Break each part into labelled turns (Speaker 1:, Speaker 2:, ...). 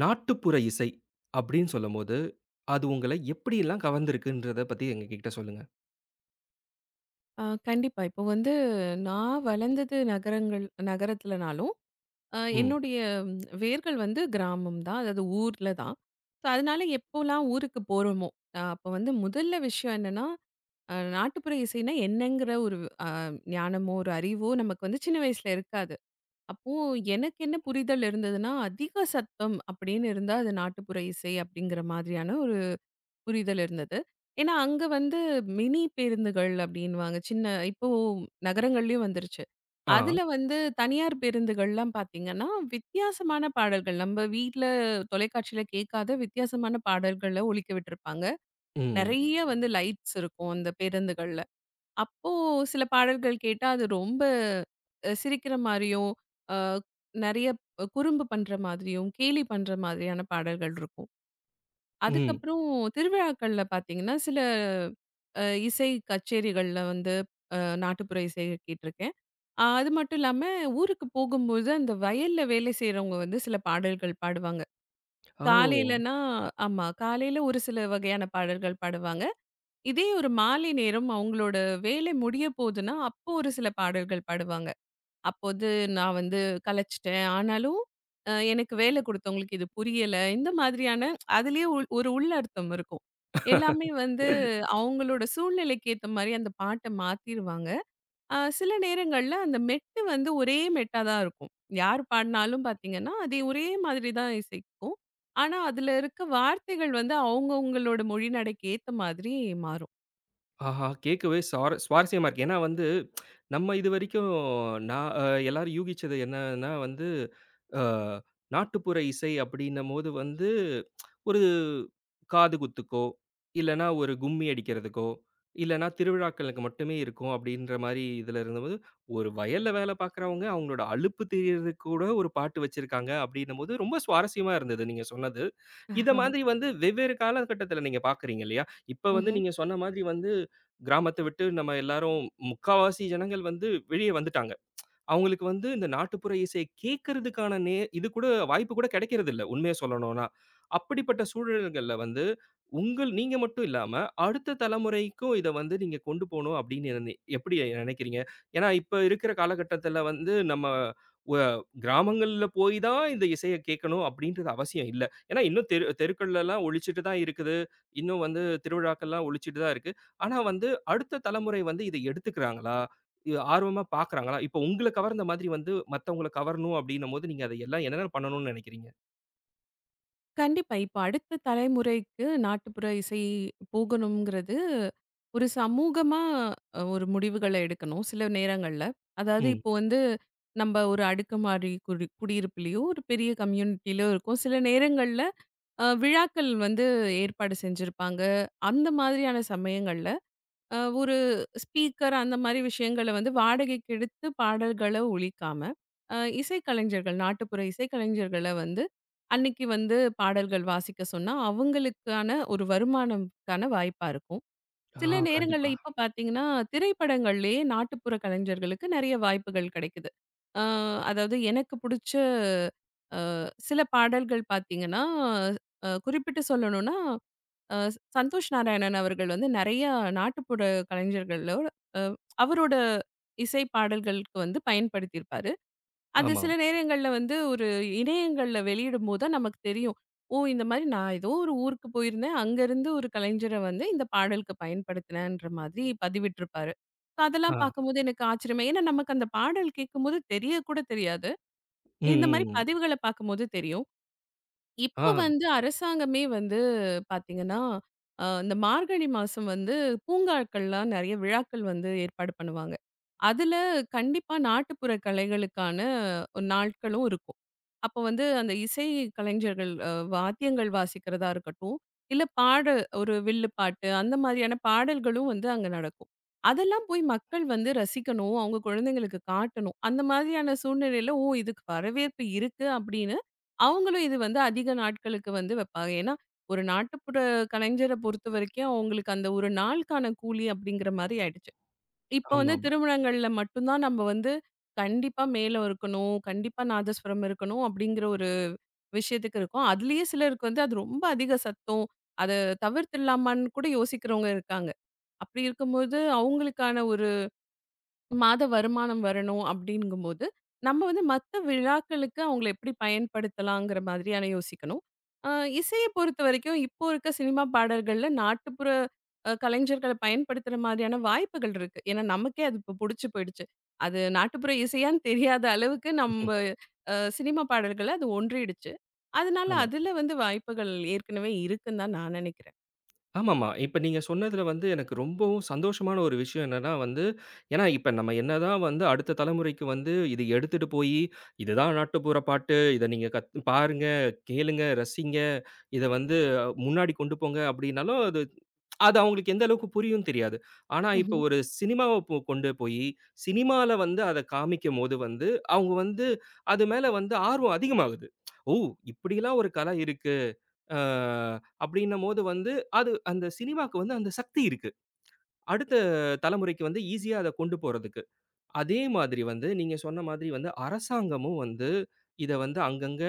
Speaker 1: நாட்டுப்புற இசை அப்படின்னு சொல்லும்போது, அது உங்கள எப்படியெல்லாம் கவர்ந்திருக்குன்றத பத்தி எங்ககிட்ட சொல்லுங்க?
Speaker 2: ஆ கண்டிப்பா. இப்போ வந்து நான் வளர்ந்தது நகரங்கள் நகரத்துலனாலும்,
Speaker 1: ம்.
Speaker 2: என்னுடைய ம், வேர்கள் வந்து கிராமம் தான். அதாவது ஊர்ல தான். ஸோ அதனால எப்போலாம் ஊருக்கு போறோமோ, அப்போ வந்து முதல்ல விஷயம் என்னன்னா, நாட்டுப்புற இசைனா என்னங்கிற ஒரு அ ஞானமோ, ஒரு அறிவோ நமக்கு வந்து சின்ன வயசுல இருக்காது. அப்போ எனக்கு என்ன புரிதல் இருந்ததுன்னா, அதிக சத்தம் அப்படின்னு இருந்தா அது நாட்டுப்புற இசை அப்படிங்கிற மாதிரியான புரிதல் இருந்தது. ஏன்னா, அங்க வந்து மினி பேருந்துகள் அப்டின்னுவாங்க. சின்ன இப்போ நகரங்கள்லயும் வந்துருச்சு.
Speaker 1: ஆ.
Speaker 2: அதுல வந்து தனியார் பேருந்துகள்லாம் பார்த்தீங்கன்னா, வித்தியாசமான பாடல்கள். நம்ப வீட்ல தொலைக்காட்சியில கேட்காத வித்தியாசமான பாடல்கள ஒலிக்க விட்டுருப்பாங்க.
Speaker 1: ம்.
Speaker 2: நெறைய வந்து லைட்ஸ் இருக்கும் அந்த பேருந்துகள்ல. அப்போ சில பாடல்கள் கேட்டா, அது ரொம்ப சிரிக்கிற மாரியும், அ நெறைய குறும்பு பண்ற மாதிரியும், கேலி பண்ற மாதிரியான பாடல்கள் இருக்கும்.
Speaker 1: ம்.
Speaker 2: அதுக்கப்புறம் திருவிழாக்கள்ல பார்த்தீங்கன்னா, சில அ இசை கச்சேரிகள்ல வந்து அ நாட்டுப்புற இசை கேட்டுருக்கேன். அது மட்டும் இல்லாம, ஊருக்கு போகும்போது அந்த வயல்ல வேலை செய்றவங்க வந்து சில பாடல்கள் பாடுவாங்க.
Speaker 1: ஓ!
Speaker 2: காலையிலனா ஆமா. காலையில ஒரு சில வகையான பாடல்கள் பாடுவாங்க. இதே ஒரு மாலை நேரம் அவங்களோட வேலை முடிய போதுன்னா, அப்போ ஒரு சில பாடல்கள் பாடுவாங்க. அப்போ வந்து நான் வந்து கலைச்சுட்டேன். ஆனாலும் எனக்கு வேலை குடுத்தவங்களுக்கு இது புரியல. இந்த மாதிரியான அதிலேயே ஒரு உள்ளர்த்தம் இருக்கும். எல்லாமே வந்து அவங்களோட சூழ்நிலைக்கு ஏத்த மாரி அந்த பாட்ட மாத்திருவாங்க. சில நேரங்கள்ல அந்த மெட்டு வந்து ஒரே மெட்டா தான் இருக்கும். யார் பாடுனாலும் பார்த்தீங்கன்னா, அதே ஒரே மாதிரி தான் இசைக்கும். ஆனா, அதில இருக்க வார்த்தைகள் வந்து அவங்கவங்களோட மொழிநடைக்கு ஏத்த மாதிரி மாறும்.
Speaker 1: ஆஹா! கேட்கவே சுவாரஸ்யமா இருக்கு. ஏன்னா வந்து, நம்ம இதுவரைக்கும் நான் அ எல்லாரும் யூகிச்சது என்னன்னா வந்து, அ நாட்டுப்புற இசை அப்படின்னம்போது வந்து, ஒரு காது குத்துக்கோ, இல்லன்னா ஒரு கும்மி அடிக்கிறதுக்கோ, இல்லன்னா திருவிழாக்களுக்கு மட்டுமே இருக்கும் அப்படின்ற மாரி இதில இருந்தபோது, ஒரு வயல்ல வேலை பார்க்குறவங்க அவங்களோட அலுப்பு தெரியறதுக்கு கூட ஒரு பாட்டு வச்சிருக்காங்க அப்படின்னம்போது, ரொம்ப சுவாரஸ்யமா இருந்தது நீங்க சொன்னது. இத மாதிரி வந்து வெவ்வேறு காலகட்டத்தில நீங்க பார்க்குறீங்க இல்லையா? இப்ப வந்து நீங்க சொன்ன மாதிரி வந்து கிராமத்த விட்டு நம்ம எல்லாரும் முக்காவாசி ஜனங்கள் வந்து வெளிய வந்துட்டாங்க. அவங்களுக்கு வந்து இந்த நாட்டுப்புற இசைய கேட்கறதுக்கான நே இது கூட வாய்ப்பு கூட கிடைக்கிறதில்ல, உண்மைய சொல்லணும்னா. அப்படிப்பட்ட சூழல்கள்ல வந்து, நீங்க மட்டும் இல்லாம, அடுத்த தலைமுறைக்கும் இத வந்து நீங்க கொண்டு போணும் அப்படின்னு எப்படி நினைக்கிறீங்க? ஏன்னா, இப்ப இருக்கிற காலகட்டத்தில வந்து நம்ம வ கிராமங்கள்ல போய் தான் இந்த இசைய கேட்கணும் அப்படின்றது அவசியம் இல்ல. ஏன்னா, இன்னும் தெரு தெருக்கள்லலாம் ஒலிச்சுட்டு தான் இருக்குது. இன்னும் வந்து திருவிழாக்கள்லாம் ஒலிச்சுட்டு தான் இருக்கு. ஆனா வந்து, அடுத்த தலைமுறை வந்து இத எடுத்துக்கிறாங்களா? இது ஆர்வமா பார்க்குறாங்களா? இப்ப உங்கள கவர்ந்த மாதிரி வந்து மத்தவங்கள கவரணும் அப்டின்னும்போது, நீங்க அத எல்லாம் என்னென்ன பண்ணணும்னு நெனைக்கிறீங்க?
Speaker 2: கண்டிப்பா. இப்ப அடுத்த தலைமுறைக்கு நாட்டுப்புற இசை போகணுங்கிறது, ஒரு சமூகமா ஒரு முடிவுகள எடுக்கணும், சில நேரங்கள்ல. அதாவது
Speaker 1: ம்.
Speaker 2: இப்போ வந்து நம்ப ஒரு அடுக்குமாடி குடியிருப்புலயோ, ஒரு பெரிய கம்யூனிட்டிலயோ இருக்கோம். சில நேரங்கள்ல விழாக்கள் வந்து ஏற்பாடு செஞ்சிருப்பாங்க. அந்த மாதிரியான சமயங்கள்ல ஒரு ஸ்பீக்கர் அந்த மாரி விஷயங்கள வந்து வாடகைக்கு எடுத்து பாடல்கள ஒலிக்காம, இசைக்கலைஞர்கள், நாட்டுப்புற இசைக்கலைஞர்கள வந்து அன்னைக்கு வந்து பாடல்கள் வாசிக்க சொன்னா, அவங்களுக்கான ஒரு வருமானம்க்கான வாய்ப்பா இருக்கும்.
Speaker 1: ஆ
Speaker 2: சில நேரங்கள்ல
Speaker 1: கண்டிப்பா.
Speaker 2: இப்ப பார்த்தீங்கன்னா, திரைப்படங்கள்லயே நாட்டுப்புற கலைஞர்களுக்கு நெறைய வாய்ப்புகள் கிடைக்குது. அ அதாவது எனக்கு புடிச்ச அ சில பாடல்கள் பார்த்தீங்கன்னா, குறிப்பிட்டு சொல்லணும்னா அ சந்தோஷ் நாராயணன் அவர்கள் வந்து நெறைய நாட்டுப்புற கலைஞர்களோட அ அவரோட இசை பாடல்களுக்கு வந்து பயன்படுத்தியிருப்பாரு. அது சில
Speaker 1: ஆமாம்.
Speaker 2: நேரங்கள்ல வந்து ஒரு வெளியிடும்போது தான் நமக்கு தெரியும். ஓ! இந்த மாரி நான் ஏதோ ஒரு ஊருக்கு போயிருந்தேன். அங்கருந்து ஒரு கலைஞர வந்து இந்த பாடலுக்கு பயன்படுத்தினேன்ற மாதிரி பதிவிட்டிருப்பாரு. இப்ப
Speaker 1: ஆ.
Speaker 2: அதெல்லாம் பார்க்கும்போது எனக்கு ஆச்சரியமா ஏன்னா நமக்கு அந்த பாடல் கேட்கும்போது தெரிய கூட தெரியாது.
Speaker 1: ம்,
Speaker 2: இந்த மாரி
Speaker 1: ம், ம்.
Speaker 2: பதிவுகள பார்க்கும்போது தெரியும்.
Speaker 1: ஆ.
Speaker 2: இப்ப வந்து அரசாங்கமே வந்து பாத்தீங்கன்னா, இந்த மார்கழி மாசம் வந்து பூங்காக்கள்லாம் நெறைய விழாக்கள் வந்து ஏற்பாடு பண்ணுவாங்க. அதுல கண்டிப்பா நாட்டுப்புற கலைகளுக்கான ஒரு நாட்களும் இருக்கும். அப்போ வந்து அந்த இசை கலைஞர்கள் வாத்தியங்கள் வாசிக்கிறதா இருக்கட்டும், இல்ல பாட ஒரு வில்லு பாட்டு அந்த மாதிரியான பாடல்களும் வந்து அங்க நடக்கும். அதெல்லாம் போய் மக்கள் வந்து ரசிக்கணும், அவங்க குழந்தைங்களுக்கு காட்டணும். அந்த மாதிரியான சூழ்நிலையில, ஓ! இதுக்கு வரவேற்பு இருக்கு அப்டின்னா அவங்களும் இது வந்து அதிக நாட்களுக்கு வந்து வைப்பாங்க. ஏன்னா, ஒரு நாட்டுப்புற கலைஞர பொறுத்தவரைக்கும் அவங்களுக்கு அந்த ஒரு நாளுக்கான கூலி அப்படிங்கிற மாரி ஆயிடுச்சு. இப்ப வந்து
Speaker 1: ஆமாமா.
Speaker 2: திருமணங்கள்ல மட்டும் தான் நம்ம வந்து கண்டிப்பா மேளம் இருக்கணும், கண்டிப்பா நாதஸ்வரம் இருக்கணும் அப்படிங்கிற ஒரு விஷயத்துக்கு இருக்கோம். அதுலயே சிலருக்கு வந்து அது ரொம்ப அதிக சத்தம். அத தவிர்த்துடலாமான்னு கூட யோசிக்கிறவங்க இருக்காங்க. அப்படி இருக்கும்போது அவங்களுக்கான மாத வருமானம் வரணும் அப்படிங்கும்போது, நம்ம வந்து மத்த விழாக்களுக்கு அவங்கள எப்படி பயன்படுத்தலாங்கிற மாதிரியான யோசிக்கணும். அ இசைய பொறுத்தவரைக்கும் இப்போ இருக்க சினிமா பாடல்கள்ல நாட்டுப்புற கலைஞர்கள பயன்படுத்துற மாதிரியான வாய்ப்புகள் இருக்கு. ஏன்னா, நமக்கே அது இப்போ புடிச்சு போயிடுச்சு. அது நாட்டுப்புற இசையான்னு தெரியாத அளவுக்கு நம்ப சினிமா பாடல்கள அது ஒன்றிடுச்சு. அதனால
Speaker 1: ஆமா.
Speaker 2: அதுல வந்து வாய்ப்புகள் ஏற்கனவே இருக்குன்னு தான் நான் நினைக்கிறேன்.
Speaker 1: ஆமாமா. இப்ப நீங்க சொன்னதுல வந்து எனக்கு ரொம்பவும் சந்தோஷமான ஒரு விஷயம் என்னன்னா வந்து, ஏன்னா இப்ப நம்ம என்னதான் வந்து அடுத்த தலைமுறைக்கு வந்து இது எடுத்துட்டு போயி, இதுதான் நாட்டுப்புற பாட்டு, இத நீங்க பாருங்க, கேளுங்க, ரசிங்க, இத வந்து முன்னாடி கொண்டு போங்க அப்டின்னாலும், அது அது அவங்களுக்கு எந்த அளவுக்கு புரியும்னு தெரியாது. ஆனா, இப்ப ஒரு சினிமாவ கொண்டு போயி, சினிமால வந்து அத காமிக்கும்போது வந்து, அவங்க வந்து அது மேல வந்து ஆர்வம் அதிகமாகுது. "ஓ! இப்படிலாம் ஒரு கலை இருக்கு." அ அப்படின்னம்போது வந்து, அது அந்த சினிமாக்கு வந்து அந்த சக்தி இருக்கு. அடுத்த தலைமுறைக்கு வந்து ஈஸியா அத கொண்டு போறதுக்கு. அதே மாதிரி வந்து நீங்க சொன்ன மாதிரி வந்து அரசாங்கமும் வந்து இத வந்து அங்கங்க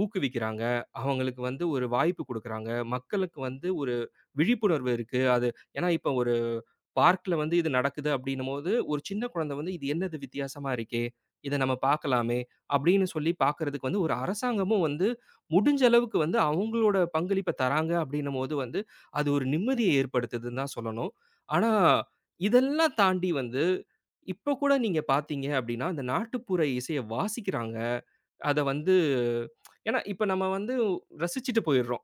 Speaker 1: ஊக்குவிக்கிறாங்க. அவங்களுக்கு வந்து ஒரு வாய்ப்பு குடுக்குறாங்க. மக்களுக்கு வந்து ஒரு விழிப்புணர்வு இருக்கு. அது ஏன்னா இப்ப ஒரு பார்க்ல வந்து இது நடக்குது அப்டின்னும்போது, ஒரு சின்ன குழந்தை வந்து இது என்னது வித்தியாசமா இருக்கே! இத நம்ம பார்க்கலாமே! அப்டின்னு சொல்லி பார்க்கறதுக்கு வந்து ஒரு அரசாங்கமும் வந்து முடிஞ்ச அளவுக்கு வந்து அவங்களோட பங்களிப்ப தராங்க அப்டின்னும்போது வந்து, அது ஒரு நிம்மதிய ஏற்படுத்துதுன்னு தான் சொல்லணும். ஆனா, இதெல்லாம் தாண்டி வந்து இப்போ கூட நீங்க பார்த்தீங்க அப்படின்னா, அந்த நாட்டுப்புற இசைய வாசிக்கிறாங்க. அத வந்து ஏன்னா இப்ப நம்ம வந்து ரசிச்சுட்டு போயிடுறோம்.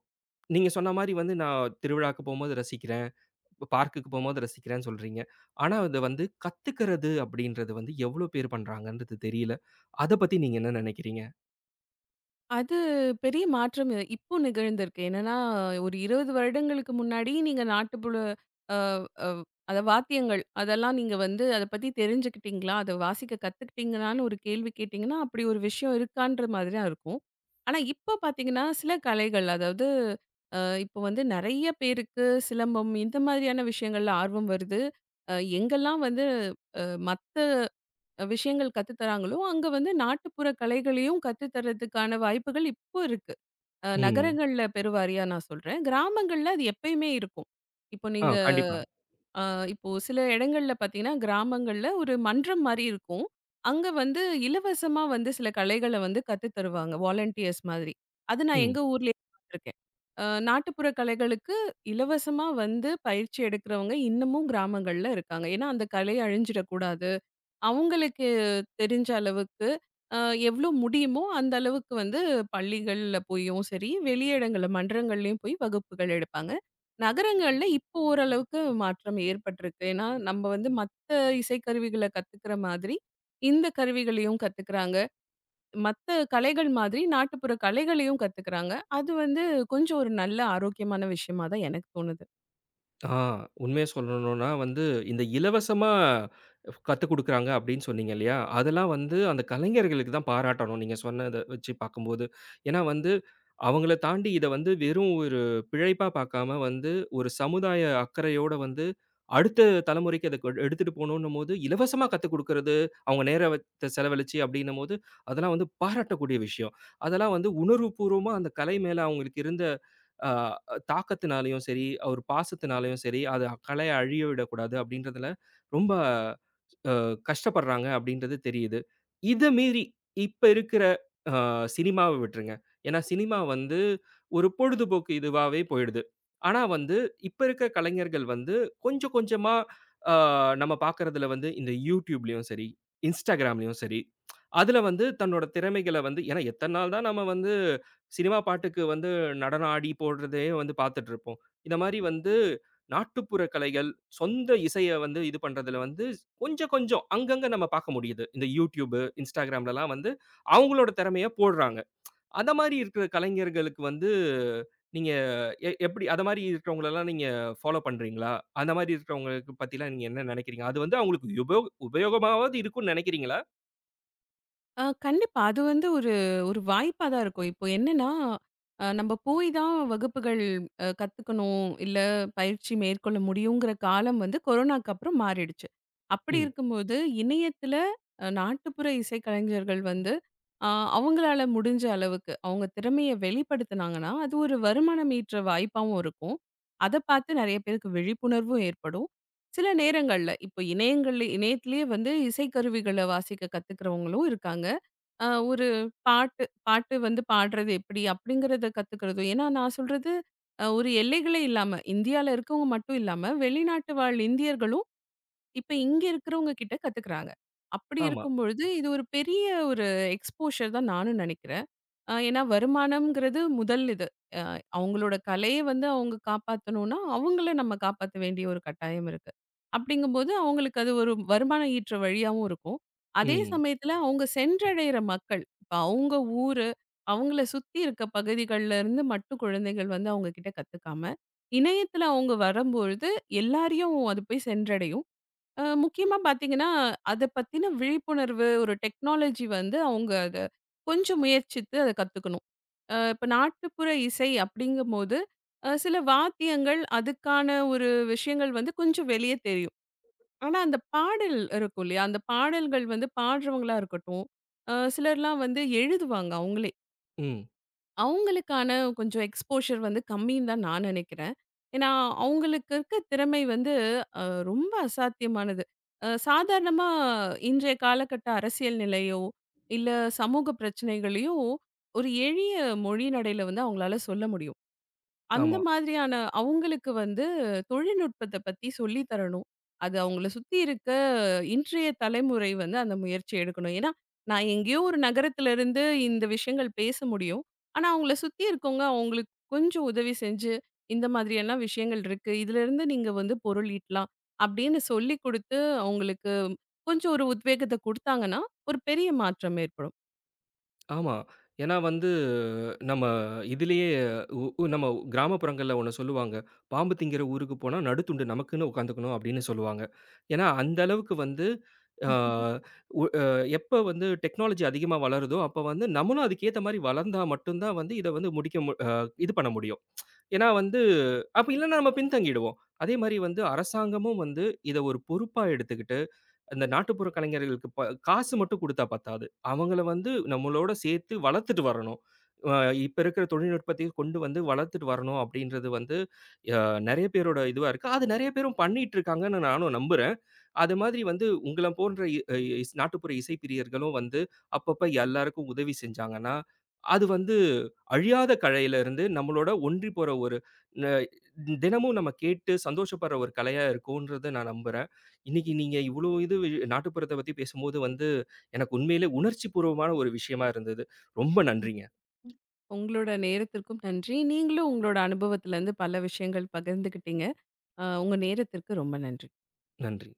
Speaker 1: நீங்க சொன்ன மாரி வந்து நான் திருவிழாக்கு போம்போது ரசிக்கிறேன், இப்ப பார்க்குக்கு போம்போது ரசிக்கிறேன்னு சொல்றீங்க. ஆனா அத வந்து கத்துக்கிறது அப்படின்றது வந்து எவ்வளோ பேர் பண்றாங்கன்றது தெரியல. அத பத்தி நீங்க என்ன நினைக்கிறீங்க?
Speaker 2: அது பெரிய மாற்றம் இப்போ நிகழ்ந்திருக்கு. என்னன்னா, ஒரு 20 வருடங்களுக்கு முன்னாடி நீங்க நாட்டுப்புற அ அ அத வாத்தியங்கள் அதெல்லாம் நீங்க வந்து அத பத்தி தெரிஞ்சுக்கிட்டீங்களா? அத வாசிக்க கத்துக்கிட்டீங்களான்னு ஒரு கேள்வி கேட்டீங்கன்னா, அப்படி ஒரு விஷயம் இருக்கான்ற மாதிரி தான் இருக்கும். ஆனா, இப்ப பார்த்தீங்கன்னா, சில கலைகள் அதாவது இப்போ வந்து நெறைய பேருக்கு சிலம்பம் இந்த மாதிரியான விஷயங்கள்ல ஆர்வம் வருது. எங்கெல்லாம் வந்து மத்த விஷயங்கள் கத்துத் தராங்களோ, அங்க வந்து நாட்டுப்புற கலைகளையும் கத்துத் தர்றதுக்கான வாய்ப்புகள் இப்போ இருக்கு.
Speaker 1: ம்.
Speaker 2: நகரங்கள்ல பெருவாரியா நான் சொல்றேன். கிராமங்கள்ல அது எப்பயுமே இருக்கும். இப்போ
Speaker 1: ஆ
Speaker 2: நீங்க
Speaker 1: கண்டிப்பா.
Speaker 2: அ இப்போ சில இடங்கள்ல பார்த்தீங்கன்னா, கிராமங்கள்ல ஒரு மன்றம் மாரி இருக்கும். அங்க வந்து இலவசமா வந்து சில கலைகள வந்து கத்துத் தருவாங்க. வாலண்டியர்ஸ் மாதிரி. அது நான்
Speaker 1: ம்.
Speaker 2: எங்க ஊர்லயே பார்த்துருக்கேன். நாட்டுப்புற கலைகளுக்கு இலவசமா வந்து பயிற்சி எடுக்கிறவங்க இன்னமும் கிராமங்கள்ல இருக்காங்க. ஏன்னா, அந்த கலை அழிஞ்சிடக்கூடாது. அவங்களுக்கு தெரிஞ்ச அளவுக்கு அ எவ்ளோ முடியுமோ அந்த அளவுக்கு வந்து பள்ளிகள்ல போயும் சரி, வெளியிடங்கள்ல மன்றங்கள்லயும் போய் வகுப்புகள் எடுப்பாங்க. நகரங்கள்ல இப்போ ஓரளவுக்கு மாற்றம் ஏற்பட்டிருக்கு. ஏன்னா, நம்ம வந்து மத்த இசைக்கருவிகள கத்துக்கிற மாதிரி, இந்த கருவிகளையும் கத்துக்கிறாங்க. மத்த கலைகள் மாதிரி நாட்டுப்புற கலைகளையும் கத்துக்கிறாங்க. அது வந்து கொஞ்சம் ஒரு நல்ல ஆரோக்கியமான விஷயமா தான் எனக்கு தோணுது.
Speaker 1: ஆ, உண்மைய சொல்லணும்னா வந்து, இந்த இலவசமா கத்துக் குடுக்குறாங்க அப்படின்னு சொன்னீங்க இல்லையா? அதெல்லாம் வந்து அந்த கலைஞர்களுக்கு தான் பாராட்டணும். நீங்க சொன்னத வச்சு பார்க்கும்போது. ஏன்னா வந்து, அவங்கள தாண்டி இத வந்து வெறும் ஒரு பிழைப்பா பார்க்காம வந்து, ஒரு சமுதாய அக்கறையோட வந்து, அடுத்த தலைமுறைக்கு அத எடுத்துட்டு போணும்ன்னும்போது, இலவசமா கத்துக் குடுக்குறது, அவங்க நேரத்த செலவழிச்சு அப்படின்னும்போது, அதெல்லாம் வந்து பாராட்டக்கூடிய விஷயம். அதெல்லாம் வந்து உணர்வுபூர்வமா அந்த கலை மேல அவங்களுக்கு இருந்த அ தாக்கத்தினாலயும் சரி, ஒரு பாசத்தினாலயும் சரி, அது கலைய அழிய விடக்கூடாது அப்படின்றதுல ரொம்ப கஷ்டப்படுறாங்க அப்படின்றது தெரியுது. இத மீறி இப்ப இருக்கிற அ சினிமாவ விட்டுருங்க. ஏன்னா சினிமா வந்து ஒரு பொழுதுபோக்கு இதுவாவே போயிடுது. ஆனா வந்து இப்ப இருக்கிற கலைஞர்கள் வந்து கொஞ்சம் கொஞ்சமா அ நம்ம பார்க்கறதுல வந்து இந்த YouTubeலயும் சரி, Instagramலயும் சரி, அதுல வந்து தன்னோட திறமைகள வந்து ஏன்னா எத்தன நாள் தான் நம்ம வந்து சினிமா பாட்டுக்கு வந்து நடனம் ஆடி போடுறதே வந்து பார்த்துட்டு இருப்போம். இந்த மாரி வந்து நாட்டுப்புற கலைகள், சொந்த இசைய வந்து இது பண்றதுல வந்து கொஞ்சம் கொஞ்சம் அங்கங்க நம்ம பார்க்க முடியுது. இந்த Youtube, Instagramலலாம் வந்து அவங்களோட திறமைய போடுறாங்க. அத மாரி இருக்கிற கலைஞர்களுக்கு வந்து நீங்க எப்படி அத மாரி இருக்கிறவங்களலாம் நீங்க ஃபாலோ பண்றீங்களா? அந்த மாரி இருக்கிறவங்களுக்கு பத்திலாம் நீங்க என்ன நினைக்கிறீங்க? அது வந்து அவங்களுக்கு உபயோகமாவது இருக்கும்னு நினைக்கிறீங்களா?
Speaker 2: ஆ கண்டிப்பா. அது வந்து ஒரு ஒரு வாய்ப்பா தான் இருக்கும். இப்போ என்னன்னா, நம்ம போய் தான் வகுப்புகள் கத்துக்கணும், இல்ல பயிற்சி மேற்கொள்ள முடியுங்கிற காலம் வந்து கொரோனாக்கு அப்புறம் மாறிடுச்சு. அப்படி
Speaker 1: ம்.
Speaker 2: இருக்கும்போது இணையத்தில நாட்டுப்புற இசைக்கலைஞர்கள் வந்து அ அவங்களால முடிஞ்ச அளவுக்கு அவங்க திறமைய வெளிப்படுத்துனாங்கன்னா, அது ஒரு வருமானம் ஈற்ற வாய்ப்பாவும் இருக்கும். அத பார்த்து நெறைய பேருக்கு விழிப்புணர்வும் ஏற்படும். சில நேரங்கள்ல இப்போ இணையத்திலேயே வந்து இசைக்கருவிகள வாசிக்க கத்துக்கிறவங்களும் இருக்காங்க. ஒரு பாட்டு பாட்டு வந்து பாடுறது எப்படி? அப்படிங்கிறத கத்துக்கிறதும். ஏன்னா நான் சொல்றது ஒரு எல்லைகளே இல்லாம, இந்தியால இருக்கவங்க மட்டும் இல்லாம, வெளிநாட்டு வாழ் இந்தியர்களும் இப்ப இங்க இருக்கிறவங்க கிட்ட கத்துக்கிறாங்க. அப்படி
Speaker 1: ஆமா.
Speaker 2: இருக்கும் பொழுது, இது ஒரு பெரிய எக்ஸ்போஷர் தான் நானும் நினைக்கிறேன். ஏன்னா வருமானம்ங்கிறது முதல் இது. அ அவங்களோட கலைய வந்து அவங்க காப்பாத்தணும்னா, அவங்கள நம்ம காப்பாத்த வேண்டிய ஒரு கட்டாயம் இருக்கு. அப்படிங்கும்போது அவங்களுக்கு அது ஒரு வருமானம் ஈற்ற வழியாவும் இருக்கும். அதே
Speaker 1: ம்.
Speaker 2: சமயத்துல அவங்க சென்றடையிற மக்கள், இப்ப அவங்க ஊரு, அவங்கள சுத்தி இருக்க பகுதிகள்ல இருந்து மட்டும் குழந்தைகள் வந்து அவங்க கிட்ட கத்துக்காம, இணையத்துல அவங்க வரும்பொழுது எல்லாரையும் அது போய் சென்றடையும். முக்கியமா பார்த்தீங்கன்னா, அத பத்தின விழிப்புணர்வு, ஒரு டெக்னாலஜி வந்து அவங்க அத கொஞ்சம் முயற்சித்து அத கத்துக்கணும். இப்ப நாட்டுப்புற இசை அப்படிங்கும்போது, சில வாத்தியங்கள், அதுக்கான ஒரு விஷயங்கள் வந்து கொஞ்சம் வெளிய தெரியும். ஆனா, அந்த பாடல் இருக்கும் இல்லையா? அந்த பாடல்கள் வந்து பாடுறவங்களா இருக்கட்டும், சிலர்லாம் வந்து எழுதுவாங்க அவங்களே.
Speaker 1: ம்.
Speaker 2: அவங்களுக்கான கொஞ்சம் எக்ஸ்போஷர் வந்து கம்மின்னு தான் நான் நினைக்கிறேன். ஏன்னா, அவங்களுக்கு இருக்க திறமை வந்து அ ரொம்ப அசாத்தியமானது. சாதாரணமா இன்றைய காலகட்ட அரசியல் நிலையோ, இல்ல சமூக பிரச்சனைகளையோ ஒரு எளிய மொழி நடையில வந்து அவங்களால சொல்ல முடியும். அந்த
Speaker 1: ஆமா.
Speaker 2: மாதிரியான அவங்களுக்கு வந்து தொழில்நுட்பத்த பத்தி சொல்லி தரணும். அது அவங்கள சுத்தி இருக்க இன்றைய தலைமுறை வந்து அந்த முயற்சி எடுக்கணும். ஏன்னா, நான் எங்கேயோ ஒரு நகரத்துல இருந்து இந்த விஷயங்கள் பேச முடியும். ஆனா, அவங்கள சுத்தி இருக்கவங்க அவங்களுக்கு கொஞ்சம் உதவி செஞ்சு, இந்த மாதிரியெல்லாம் விஷயங்கள் இருக்கு. இதுலருந்து நீங்க வந்து பொருள் ஈட்டலாம். அப்படின்னு சொல்லிக் குடுத்து, அவங்களுக்கு கொஞ்சம் ஒரு உத்வேகத்த குடுத்தாங்கன்னா, ஒரு பெரிய மாற்றம் ஏற்படும்.
Speaker 1: ஆமா. ஏன்னா வந்து நம்ம இதிலேயே நம்ம கிராமப்புறங்கள்ல ஒண்ணு சொல்லுவாங்க. "பாம்பு திங்கிற ஊருக்கு போனா நடுத்துண்டு நமக்குன்னு உட்காந்துக்கணும்." அப்படின்னு சொல்லுவாங்க. ஏன்னா, அந்த அளவுக்கு வந்து அ உ அ எப்ப வந்து டெக்னாலஜி அதிகமா வளருதோ, அப்ப வந்து நம்மளும் அதுக்கேத்த மாரி வளர்ந்தா மட்டும் தான் வந்து இத வந்து முடிக்க மு அ இது பண்ண முடியும். ஏன்னா வந்து அப்படி இல்லன்னா நம்ம பின்தங்கிடுவோம். அதே மாரி வந்து அரசாங்கமும் வந்து இத ஒரு பொறுப்பா எடுத்துக்கிட்டு அந்த நாட்டுப்புற கலைஞர்களுக்கு காசு மட்டும் குடுத்தா பத்தாது. அவங்கள வந்து நம்மளோட சேர்த்து வளர்த்துட்டு வரணும். அ இப்ப இருக்கிற தொழில்நுட்பத்தையும் கொண்டு வந்து வளர்த்துட்டு வரணும் அப்படின்றது வந்து, அ நெறைய பேரோட இதுவா இருக்கு. அது நெறைய பேரும் பண்ணிட்டு இருக்காங்கன்னு நானும் நம்புறேன். அது மாதிரி வந்து உங்கள போன்ற இ அ இஸ் நாட்டுப்புற இசை பிரியர்களும் வந்து அப்பப்ப எல்லாருக்கும் உதவி செஞ்சாங்கன்னா, அது வந்து அழியாத கலையிலிருந்து நம்மளோட ஒன்றி போற ஒரு ந தினமும் நம்ம கேட்டு சந்தோஷப்படுற ஒரு கலையா இருக்கும்ன்றத நான் நம்புறேன். இன்னைக்கு நீங்க இவ்ளோ இது நாட்டுப்புறத்த பத்தி பேசும்போது வந்து எனக்கு உண்மையிலே உணர்ச்சி பூர்வமான ஒரு விஷயமா இருந்தது. ரொம்ப நன்றிங்க.
Speaker 2: உங்களோட நேரத்திற்கும் நன்றி. நீங்களும் உங்களோட அனுபவத்திலருந்து பல விஷயங்கள் பகிர்ந்துக்கிட்டீங்க. உங்க நேரத்திற்கு ரொம்ப நன்றி.
Speaker 1: நன்றி.